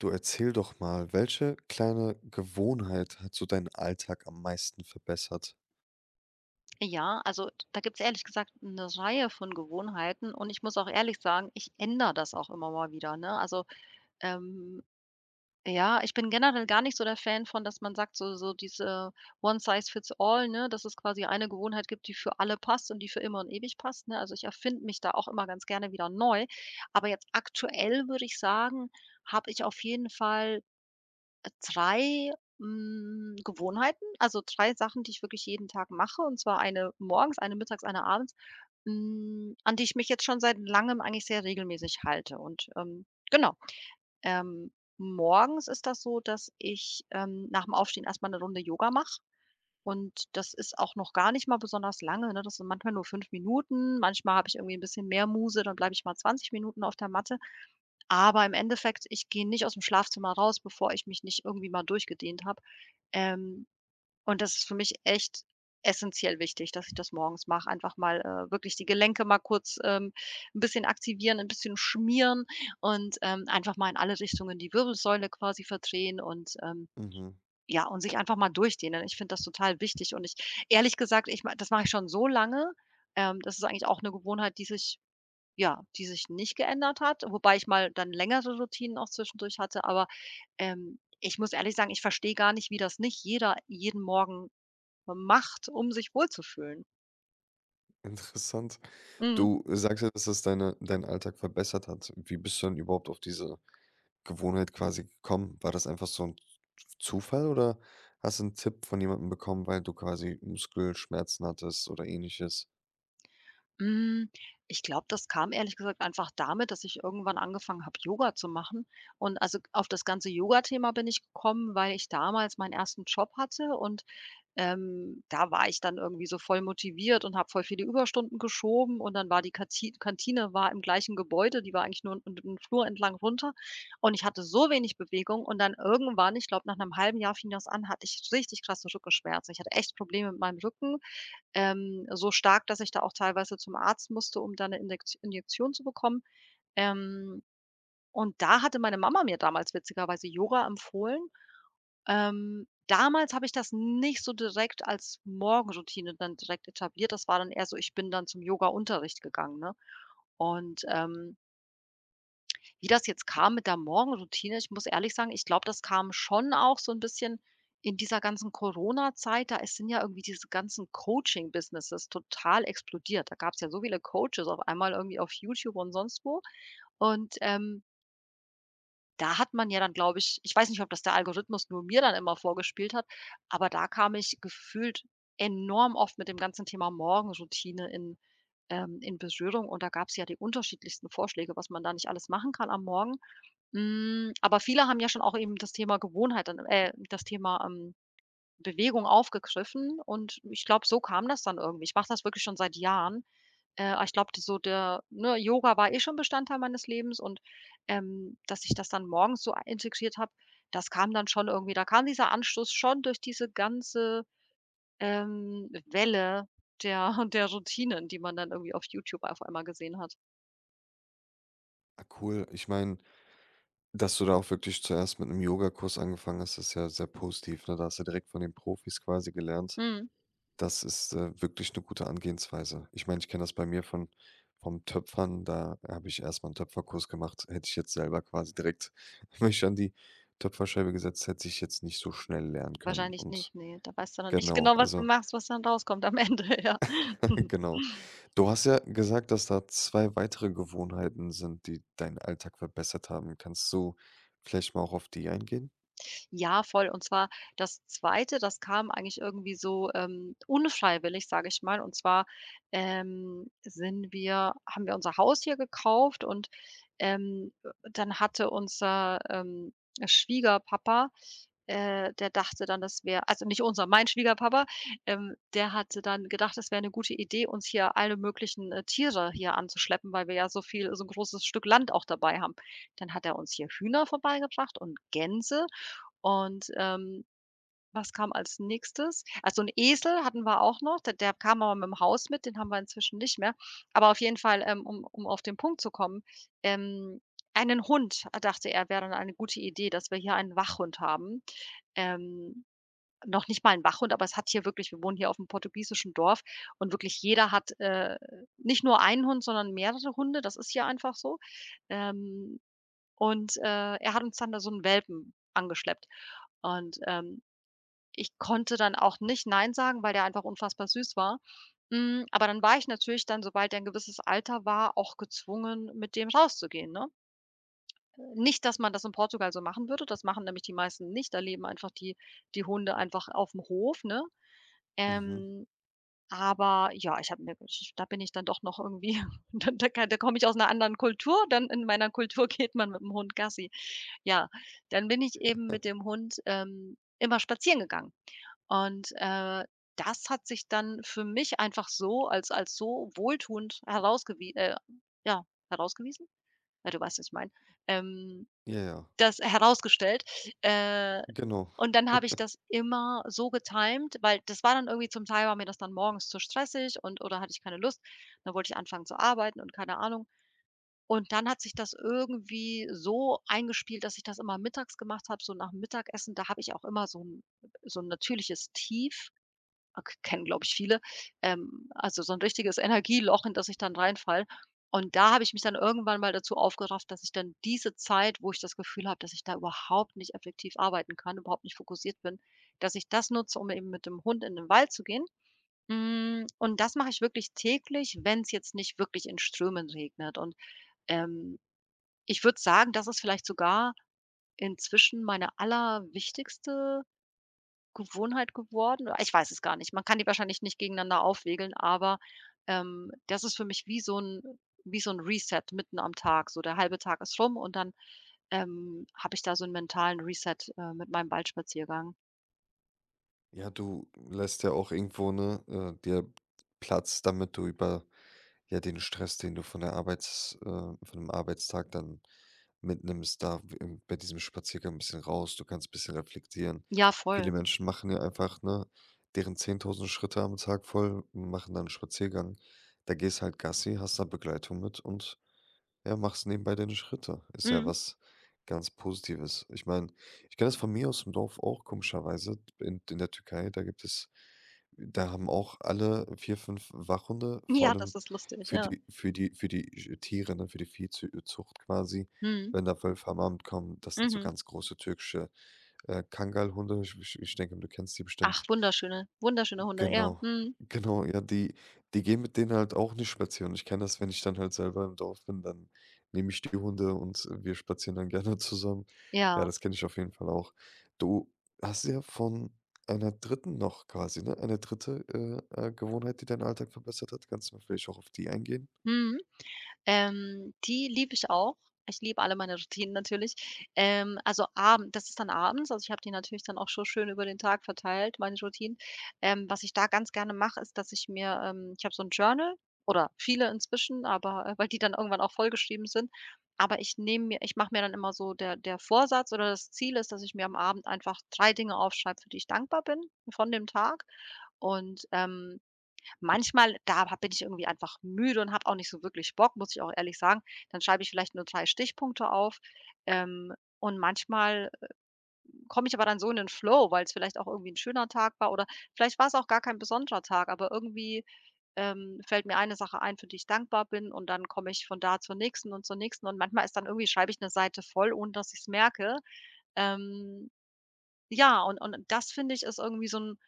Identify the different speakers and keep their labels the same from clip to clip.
Speaker 1: Du erzähl doch mal, welche kleine Gewohnheit hat so deinen Alltag am meisten verbessert?
Speaker 2: Ja, also da gibt's ehrlich gesagt eine Reihe von Gewohnheiten und ich muss auch ehrlich sagen, ich ändere das auch immer mal wieder, ne? Also, ähm, ja, ich bin generell gar nicht so der Fan von, dass man sagt, so diese one size fits all, ne, dass es quasi eine Gewohnheit gibt, die für alle passt und die für immer und ewig passt, ne? Also, ich erfinde mich da auch immer ganz gerne wieder neu. Aber jetzt aktuell würde ich sagen, habe ich auf jeden Fall 3, hm, Gewohnheiten, also 3 Sachen, die ich wirklich jeden Tag mache, und zwar eine morgens, eine mittags, eine abends, an die ich mich jetzt schon seit Langem eigentlich sehr regelmäßig halte. Und, genau, ähm, morgens ist das so, dass ich, nach dem Aufstehen erst mal 'ne Runde Yoga mache und das ist auch noch gar nicht mal besonders lange, ne? Das sind manchmal nur 5 Minuten, manchmal habe ich irgendwie ein bisschen mehr Muse, dann bleibe ich mal 20 Minuten auf der Matte. Aber im Endeffekt, ich gehe nicht aus dem Schlafzimmer raus, bevor ich mich nicht irgendwie mal durchgedehnt habe. Ähm, und das ist für mich echt essentiell wichtig, dass ich das morgens mache. Einfach mal, wirklich die Gelenke mal kurz, 'n bisschen aktivieren, ein bisschen schmieren und, einfach mal in alle Richtungen die Wirbelsäule quasi verdrehen und,
Speaker 1: Mhm,
Speaker 2: ja, und sich einfach mal durchdehnen. Ich finde das total wichtig und ich ehrlich gesagt, ich ma das mache ich schon so lange. Das ist eigentlich auch eine Gewohnheit, die sich nicht geändert hat, wobei ich mal dann längere Routinen auch zwischendurch hatte, aber, ich muss ehrlich sagen, ich verstehe gar nicht, wie das nicht jeder jeden Morgen macht, um sich wohlzufühlen.
Speaker 1: interessant.
Speaker 2: Mhm.
Speaker 1: Du sagst ja, dass das deinen Alltag verbessert hat. Wie bist du denn überhaupt auf diese Gewohnheit quasi gekommen? War das einfach so ein Zufall oder hast du einen Tipp von jemandem bekommen, weil du quasi Muskelschmerzen hattest oder Ähnliches?
Speaker 2: Hm, Ich glaube, das kam ehrlich gesagt einfach damit, dass ich irgendwann angefangen habe, Yoga zu machen. Und also auf das ganze Yoga-Thema bin ich gekommen, weil ich damals meinen ersten Job hatte und da war ich dann irgendwie so voll motiviert und habe voll viele Überstunden geschoben und dann war die Kati Kantine war im gleichen Gebäude, die war eigentlich nur einen 'n Flur entlang runter und ich hatte so wenig Bewegung und dann irgendwann, ich glaube, nach einem halben Jahr fing das an, hatte ich richtig krasse Rückenschmerzen. Ich hatte echt Probleme mit meinem Rücken, so stark, dass ich da auch teilweise zum Arzt musste, um da eine Indekt Injektion zu bekommen. Ähm, und da hatte meine Mama mir damals witzigerweise Yoga empfohlen. Damals habe ich das nicht so direkt als Morgenroutine dann direkt etabliert. Das war dann eher so, ich bin dann zum Yogaunterricht gegangen, ne? Und, wie das jetzt kam mit der Morgenroutine, ich muss ehrlich sagen, ich glaube, das kam schon auch so ein bisschen in dieser ganzen Corona-Zeit, da es sind ja irgendwie diese ganzen Coaching-Businesses total explodiert. Da gab es ja so viele Coaches auf einmal irgendwie auf YouTube und sonst wo. Und, da hat man ja dann, glaube ich, weiß nicht, ob das der Algorithmus nur mir dann immer vorgespielt hat, aber da kam ich gefühlt enorm oft mit dem ganzen Thema Morgenroutine in Berührung und da gab es ja die unterschiedlichsten Vorschläge, was man da nicht alles machen kann am Morgen. Aber viele haben ja schon auch eben das Thema Gewohnheit dann das Thema, Bewegung aufgegriffen und ich glaube, so kam das dann irgendwie. Ich mache das wirklich schon seit Jahren. Aber ich glaube, so der ne, Yoga war eh schon Bestandteil meines Lebens und, dass ich das dann morgens so integriert habe, das kam dann schon irgendwie, da kam dieser Anstoß schon durch diese ganze, Welle der der Routinen, die man dann irgendwie auf YouTube auf einmal gesehen hat.
Speaker 1: Ah, cool. Ich meine, dass du da auch wirklich zuerst mit 'nem Yogakurs angefangen hast, ist ja sehr positiv, ne? Da hast du direkt von den Profis quasi gelernt.
Speaker 2: Mhm.
Speaker 1: Das ist, wirklich eine gute Angehensweise. Ich meine, ich kenne das bei mir von vom Töpfern, da habe ich erst mal 'n Töpferkurs gemacht. Hätte ich jetzt selber quasi direkt mich an die Töpferscheibe gesetzt, hätte ich jetzt nicht so schnell lernen können
Speaker 2: Wahrscheinlich
Speaker 1: und
Speaker 2: nicht, nee. Da weißt du dann nicht
Speaker 1: genau,
Speaker 2: genau, was du
Speaker 1: also
Speaker 2: machst, was dann rauskommt am Ende, ja.
Speaker 1: genau. Du hast ja gesagt, dass da 2 weitere Gewohnheiten sind, die deinen Alltag verbessert haben. Kannst du vielleicht mal auch auf die eingehen?
Speaker 2: Ja, voll. Und zwar das Zweite, das kam eigentlich irgendwie so, unfreiwillig, sage ich mal. Und zwar, sind wir haben wir unser Haus hier gekauft und, ähm, dann hatte unser, Schwiegerpapa, der dachte dann, das wäre, also nicht unser, mein Schwiegerpapa, der hatte dann gedacht, es wäre eine gute Idee, uns hier alle möglichen, Tiere hier anzuschleppen, weil wir ja so viel, so 'n großes Stück Land auch dabei haben. Dann hat er uns hier Hühner vorbeigebracht und Gänse und, was kam als Nächstes? Also 'n Esel hatten wir auch noch, der kam aber mit'm Haus mit, den haben wir inzwischen nicht mehr. Aber auf jeden Fall, um auf den Punkt zu kommen, ähm, einen Hund, dachte er, wäre dann eine gute Idee, dass wir hier einen Wachhund haben. Ähm, Noch nicht mal 'n Wachhund, aber es hat hier wirklich wir wohnen hier auf'm portugiesischen Dorf und wirklich jeder hat, nicht nur einen Hund, sondern mehrere Hunde. Das ist hier einfach so. Ähm, und, er hat uns dann da so einen Welpen angeschleppt. Und, ich konnte dann auch nicht nein sagen, weil der einfach unfassbar süß war. Aber dann war ich natürlich dann, sobald er 'n gewisses Alter war, auch gezwungen, mit dem rauszugehen, ne? Nicht, dass man das in Portugal so machen würde, das machen nämlich die meisten nicht. Da leben einfach die Hunde einfach auf dem Hof, ne?
Speaker 1: Mhm.
Speaker 2: Ähm, aber ja, ich habe mir gesch da bin ich dann doch noch irgendwie da komme ich aus einer anderen Kultur, dann in meiner Kultur geht man mit dem Hund Gassi. Ja, dann bin ich eben mit dem Hund, immer spazieren gegangen. Und, das hat sich dann für mich einfach so als so wohltuend herausgewiesen. Ja, herausgewiesen? Ja, du weißt, was ich meine. Ähm,
Speaker 1: Ja,
Speaker 2: das herausgestellt. Äh,
Speaker 1: genau.
Speaker 2: und dann habe ich das immer so getimt, weil das war dann irgendwie zum Teil war mir das dann morgens zu stressig und oder hatte ich keine Lust. Dann wollte ich anfangen zu arbeiten und keine Ahnung. Und dann hat sich das irgendwie so eingespielt, dass ich das immer mittags gemacht habe, so nach dem Mittagessen. Da habe ich auch immer so 'n natürliches Tief, k kennen, glaube ich, viele, also so 'n richtiges Energieloch, in das ich dann reinfalle. Und da habe ich mich dann irgendwann mal dazu aufgerafft, dass ich dann diese Zeit, wo ich das Gefühl habe, dass ich da überhaupt nicht effektiv arbeiten kann, überhaupt nicht fokussiert bin, dass ich das nutze, um eben mit dem Hund in den Wald zu gehen. Und das mache ich wirklich täglich, wenn's jetzt nicht wirklich in Strömen regnet. Und, ähm, ich würde sagen, das ist vielleicht sogar inzwischen meine allerwichtigste Gewohnheit geworden. Ich weiß es gar nicht. Man kann die wahrscheinlich nicht gegeneinander aufwägeln, aber, das ist für mich wie so ein, wie so 'n Reset mitten am Tag. So der halbe Tag ist rum und dann, habe ich da so einen mentalen Reset, mit meinem Waldspaziergang.
Speaker 1: Ja, du lässt ja auch irgendwo, ne, dir Platz, damit du über ja, den Stress, den du von der Arbeits von dem Arbeitstag dann mitnimmst, da w bei diesem Spaziergang ein bisschen raus. Du kannst ein bisschen reflektieren.
Speaker 2: Ja,
Speaker 1: Viele
Speaker 2: voll.
Speaker 1: Menschen machen ja einfach, ne, deren 10.000 Schritte am Tag voll, machen dann 'n Spaziergang. Da gehst halt Gassi, hast da Begleitung mit und ja, machst nebenbei deine Schritte. Ist ja
Speaker 2: Mhm.
Speaker 1: was ganz Positives. Ich meine, ich kenne das von mir aus dem Dorf auch komischerweise. In der Türkei, da gibt es, da haben auch alle vier, fünf Wachhunde, vor
Speaker 2: Ja,
Speaker 1: allem
Speaker 2: das ist lustig,
Speaker 1: für
Speaker 2: ja.
Speaker 1: die Tiere, ne, für die Viehzucht quasi,
Speaker 2: Mhm.
Speaker 1: wenn da Wölfe am Abend kommen, das sind so
Speaker 2: Mhm.
Speaker 1: ganz große türkische Kangalhunde. Ich denke, du kennst die
Speaker 2: Ach,
Speaker 1: bestimmt.
Speaker 2: wunderschöne wunderschöne Hunde, ja.
Speaker 1: Genau,
Speaker 2: Mhm.
Speaker 1: genau, ja, die gehen mit denen halt auch nicht spazieren. Ich kenne das, wenn ich dann halt selber im Dorf bin, dann nehme ich die Hunde und wir spazieren dann gerne zusammen. Ja,
Speaker 2: Ja.
Speaker 1: das kenne ich auf jeden Fall auch. Du hast ja von einer dritten noch quasi, ne? Eine dritte Gewohnheit, die deinen Alltag verbessert hat. Kannst du mal vielleicht auch auf die eingehen?
Speaker 2: Mhm. Die liebe ich auch. Ich liebe alle meine Routinen natürlich. Also abend das ist dann abends. Also, ich habe die natürlich dann auch schon schön über den Tag verteilt, meine Routinen. Was ich da ganz gerne mache, ist, dass ich mir, ich habe so ein Journal oder viele inzwischen, aber, weil die dann irgendwann auch vollgeschrieben sind. Aber ich mache mir dann immer so, der Vorsatz oder das Ziel ist, dass ich mir am Abend einfach 3 Dinge aufschreibe, für die ich dankbar bin von dem Tag. Und, manchmal, da ha bin ich irgendwie einfach müde und habe auch nicht so wirklich Bock, muss ich auch ehrlich sagen. Dann schreibe ich vielleicht nur 3 Stichpunkte auf. Ähm, und manchmal komme ich aber dann so in den Flow, weil es vielleicht auch irgendwie ein schöner Tag war oder vielleicht war es auch gar kein besonderer Tag, aber irgendwie, fällt mir eine Sache ein, für die ich dankbar bin und dann komme ich von da zur nächsten und manchmal ist dann irgendwie, schreibe ich eine Seite voll, ohne dass ich's merke. Ähm, ja, und das finde ich, ist irgendwie so ein,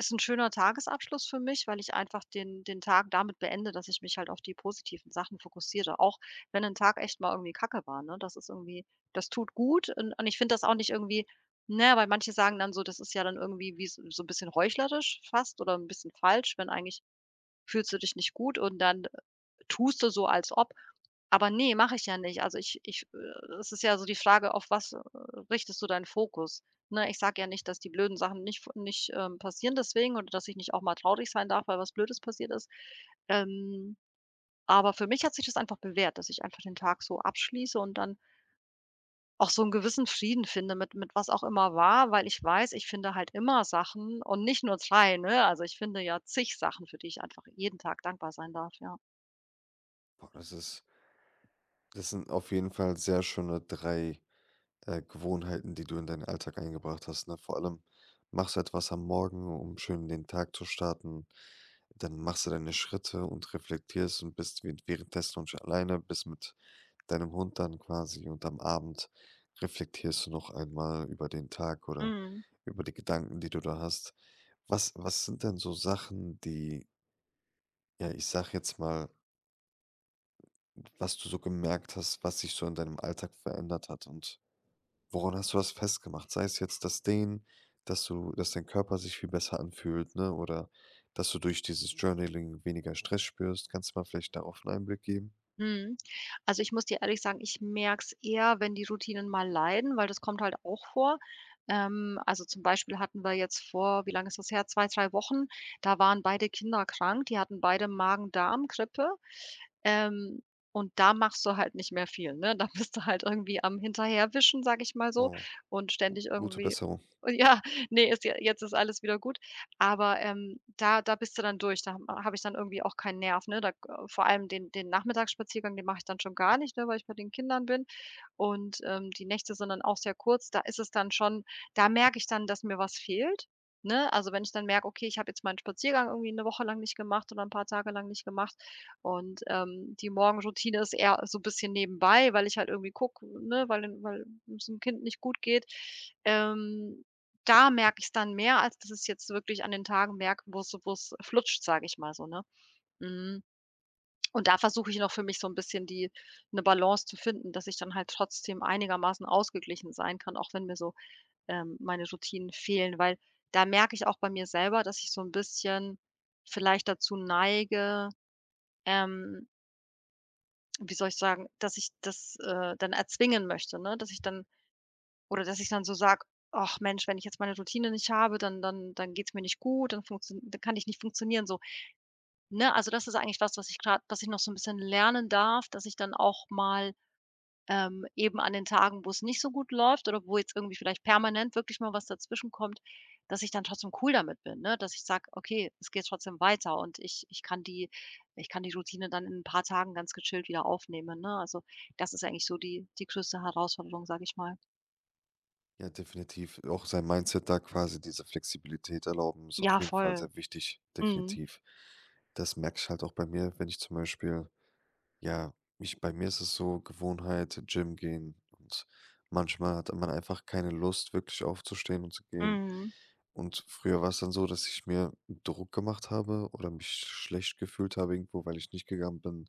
Speaker 2: ist 'n schöner Tagesabschluss für mich, weil ich einfach den Tag damit beende, dass ich mich halt auf die positiven Sachen fokussiere, auch wenn 'n Tag echt mal irgendwie Kacke war, ne? Das ist irgendwie das tut gut und ich finde das auch nicht irgendwie, ne, weil manche sagen dann so, das ist ja dann irgendwie wie so 'n bisschen heuchlerisch fast oder 'n bisschen falsch, wenn eigentlich fühlst du dich nicht gut und dann tust du so, als ob. Aber nee, mache ich ja nicht. Also, ich ich es ist ja so die Frage, auf was richtest du deinen Fokus? Ne, ich sage ja nicht, dass die blöden Sachen nicht, passieren deswegen oder dass ich nicht auch mal traurig sein darf, weil was Blödes passiert ist. Ähm, aber für mich hat sich das einfach bewährt, dass ich einfach den Tag so abschließe und dann auch so einen gewissen Frieden finde mit was auch immer war, weil ich weiß, ich finde halt immer Sachen und nicht nur 3, ne? Also, ich finde ja zig Sachen, für die ich einfach jeden Tag dankbar sein darf, ja.
Speaker 1: Boah, das ist das sind auf jeden Fall sehr schöne drei Gewohnheiten, die du in deinen Alltag eingebracht hast, ne? Vor allem machst du etwas am Morgen, um schön den Tag zu starten. Dann machst du deine Schritte und reflektierst und bist währenddessen noch alleine, bist mit deinem Hund dann quasi und am Abend reflektierst du noch einmal über den Tag oder
Speaker 2: Mhm,
Speaker 1: über die Gedanken, die du da hast. Was sind denn so Sachen, die, ja, ich sag jetzt mal, was du so gemerkt hast, was sich so in deinem Alltag verändert hat und woran hast du das festgemacht? Sei es jetzt das Dehnen, dass du dass dein Körper sich viel besser anfühlt, ne, oder dass du durch dieses Journaling weniger Stress spürst. Kannst du mal vielleicht darauf 'n Einblick geben?
Speaker 2: mhm. Also, ich muss dir ehrlich sagen, ich merke es eher, wenn die Routinen mal leiden, weil das kommt halt auch vor. Also, zum Beispiel hatten wir jetzt vor wie lange ist das her? 2, 3 Wochen, da waren beide Kinder krank, die hatten beide Magen-Darm-Grippe. Ähm, und da machst du halt nicht mehr viel, ne? Da bist du halt irgendwie am Hinterherwischen, sag ich mal so,
Speaker 1: Oh,
Speaker 2: und ständig
Speaker 1: gute
Speaker 2: irgendwie
Speaker 1: Besserung.
Speaker 2: ja, nee, ist ja jetzt ist alles wieder gut. Da da bist du dann durch. Da habe ich dann irgendwie auch keinen Nerv, ne? Da Vor allem den Nachmittagsspaziergang, den mache ich dann schon gar nicht, ne, weil ich bei den Kindern bin. Und, die Nächte sind dann auch sehr kurz. Da ist es dann schon Da merke ich dann, dass mir was fehlt, ne? Also, wenn ich dann merke: „Okay, ich habe jetzt meinen Spaziergang irgendwie eine Woche lang nicht gemacht oder ein paar Tage lang nicht gemacht.“ Und, die Morgenroutine ist eher so ein bisschen nebenbei, weil ich halt irgendwie gucke, ne, weil es dem Kind nicht gut geht. Ähm, Da merke ich es dann mehr, als dass ich es jetzt wirklich an den Tagen merke, wo es flutscht, sage ich mal so, ne? Mhm. Und da versuche ich noch für mich so 'n bisschen die 'ne Balance zu finden, dass ich dann halt trotzdem einigermaßen ausgeglichen sein kann, auch wenn mir so, meine Routinen fehlen. Weil da merke ich auch bei mir selber, dass ich so 'n bisschen vielleicht dazu neige, ähm, wie soll ich sagen, dass ich das, dann erzwingen möchte, ne? Dass ich dann Oder dass ich dann so sage: „Ach Mensch, wenn ich jetzt meine Routine nicht habe, dann geht's mir nicht gut, dann kann ich nicht funktionieren“, so, ne? Also, das ist eigentlich was, was ich grad was ich noch so 'n bisschen lernen darf, dass ich dann auch mal, eben an den Tagen, wo's nicht so gut läuft oder wo jetzt irgendwie vielleicht permanent wirklich mal was dazwischenkommt, dass ich dann trotzdem cool damit bin, ne? Dass ich sage: „Okay, es geht trotzdem weiter und ich kann die ich kann die Routine dann in 'n paar Tagen ganz gechillt wieder aufnehmen“, ne? Also, das ist eigentlich so die größte Herausforderung, sage ich mal.
Speaker 1: Ja, definitiv. Auch sein Mindset da quasi diese Flexibilität erlauben, ist auf
Speaker 2: Ja,
Speaker 1: jeden Fall
Speaker 2: voll.
Speaker 1: sehr wichtig,
Speaker 2: Mhm.
Speaker 1: definitiv. Das merke ich halt auch bei mir, wenn ich zum Beispiel ja, ich bei mir ist es so Gewohnheit, Gym gehen und manchmal hat man einfach keine Lust, wirklich aufzustehen und zu gehen.
Speaker 2: Mhm,
Speaker 1: Und früher war es dann so, dass ich mir Druck gemacht habe oder mich schlecht gefühlt habe irgendwo, weil ich nicht gegangen bin.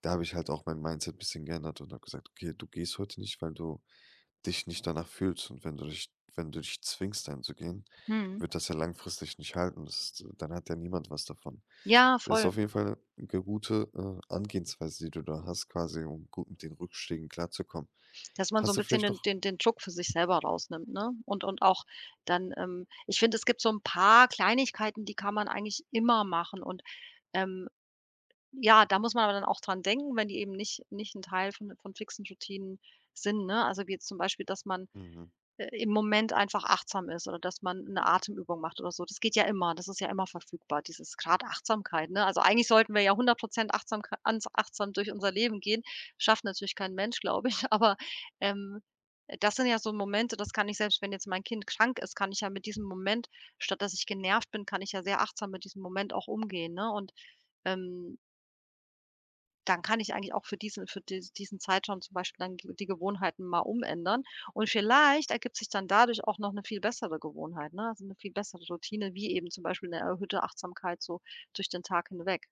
Speaker 1: Da habe ich halt auch mein Mindset ein bisschen geändert und habe gesagt, okay, du gehst heute nicht, weil du dich nicht danach fühlst und wenn du dich zwingst, dann zu gehen,
Speaker 2: mhm.
Speaker 1: wird das ja langfristig nicht halten. Das ist dann hat ja niemand was davon.
Speaker 2: Ja,
Speaker 1: Das ist
Speaker 2: voll.
Speaker 1: auf jeden Fall 'ne gute, Angehensweise, die du da hast quasi, um gut mit den Rückschlägen klarzukommen.
Speaker 2: Dass man so
Speaker 1: Hast
Speaker 2: ein
Speaker 1: du
Speaker 2: bisschen
Speaker 1: vielleicht
Speaker 2: den
Speaker 1: noch
Speaker 2: den Druck für sich selber rausnimmt, ne? Und auch dann, ich finde, es gibt so ein paar Kleinigkeiten, die kann man eigentlich immer machen und, ähm, ja, da muss man aber dann auch dran denken, wenn die eben nicht ein Teil von fixen Routinen sind, ne? Also, wie jetzt zum Beispiel, dass man
Speaker 1: mhm,
Speaker 2: im Moment einfach achtsam ist oder dass man 'ne Atemübung macht oder so. Das geht ja immer. Das ist ja immer verfügbar, dieses grad Achtsamkeit, ne? Also, eigentlich sollten wir ja 100% achtsam durch unser Leben gehen. Schafft natürlich kein Mensch, glaube ich, aber, ähm, das sind ja so Momente, das kann ich selbst wenn jetzt mein Kind krank ist, kann ich ja mit diesem Moment statt dass ich genervt bin, kann ich ja sehr achtsam mit diesem Moment auch umgehen, ne? Und, ähm, dann kann ich eigentlich auch für diesen für dies diesen Zeitraum zum Beispiel dann g die Gewohnheiten mal umändern und vielleicht ergibt sich dann dadurch auch noch eine viel bessere Gewohnheit, ne? Also, 'ne viel bessere Routine, wie eben zum Beispiel eine erhöhte Achtsamkeit so durch den Tag hinweg.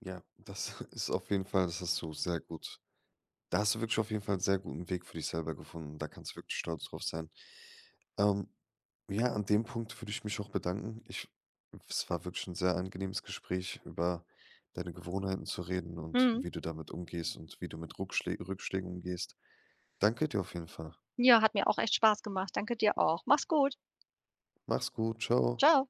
Speaker 1: ja, das ist auf jeden Fall das hast du sehr gut da hast du wirklich auf jeden Fall 'n sehr guten Weg für dich selber gefunden. Da kannst du wirklich stolz drauf sein. Ähm, ja, an dem Punkt würde ich mich auch bedanken. Ich es war wirklich ein sehr angenehmes Gespräch, über deine Gewohnheiten zu reden und
Speaker 2: Mhm.
Speaker 1: wie du damit umgehst und wie du mit Ruckschlä Rückschlägen umgehst. Danke dir auf jeden Fall.
Speaker 2: Ja, hat mir auch echt Spaß gemacht. Danke dir auch. Mach's gut.
Speaker 1: Mach's gut. Ciao.
Speaker 2: Ciao.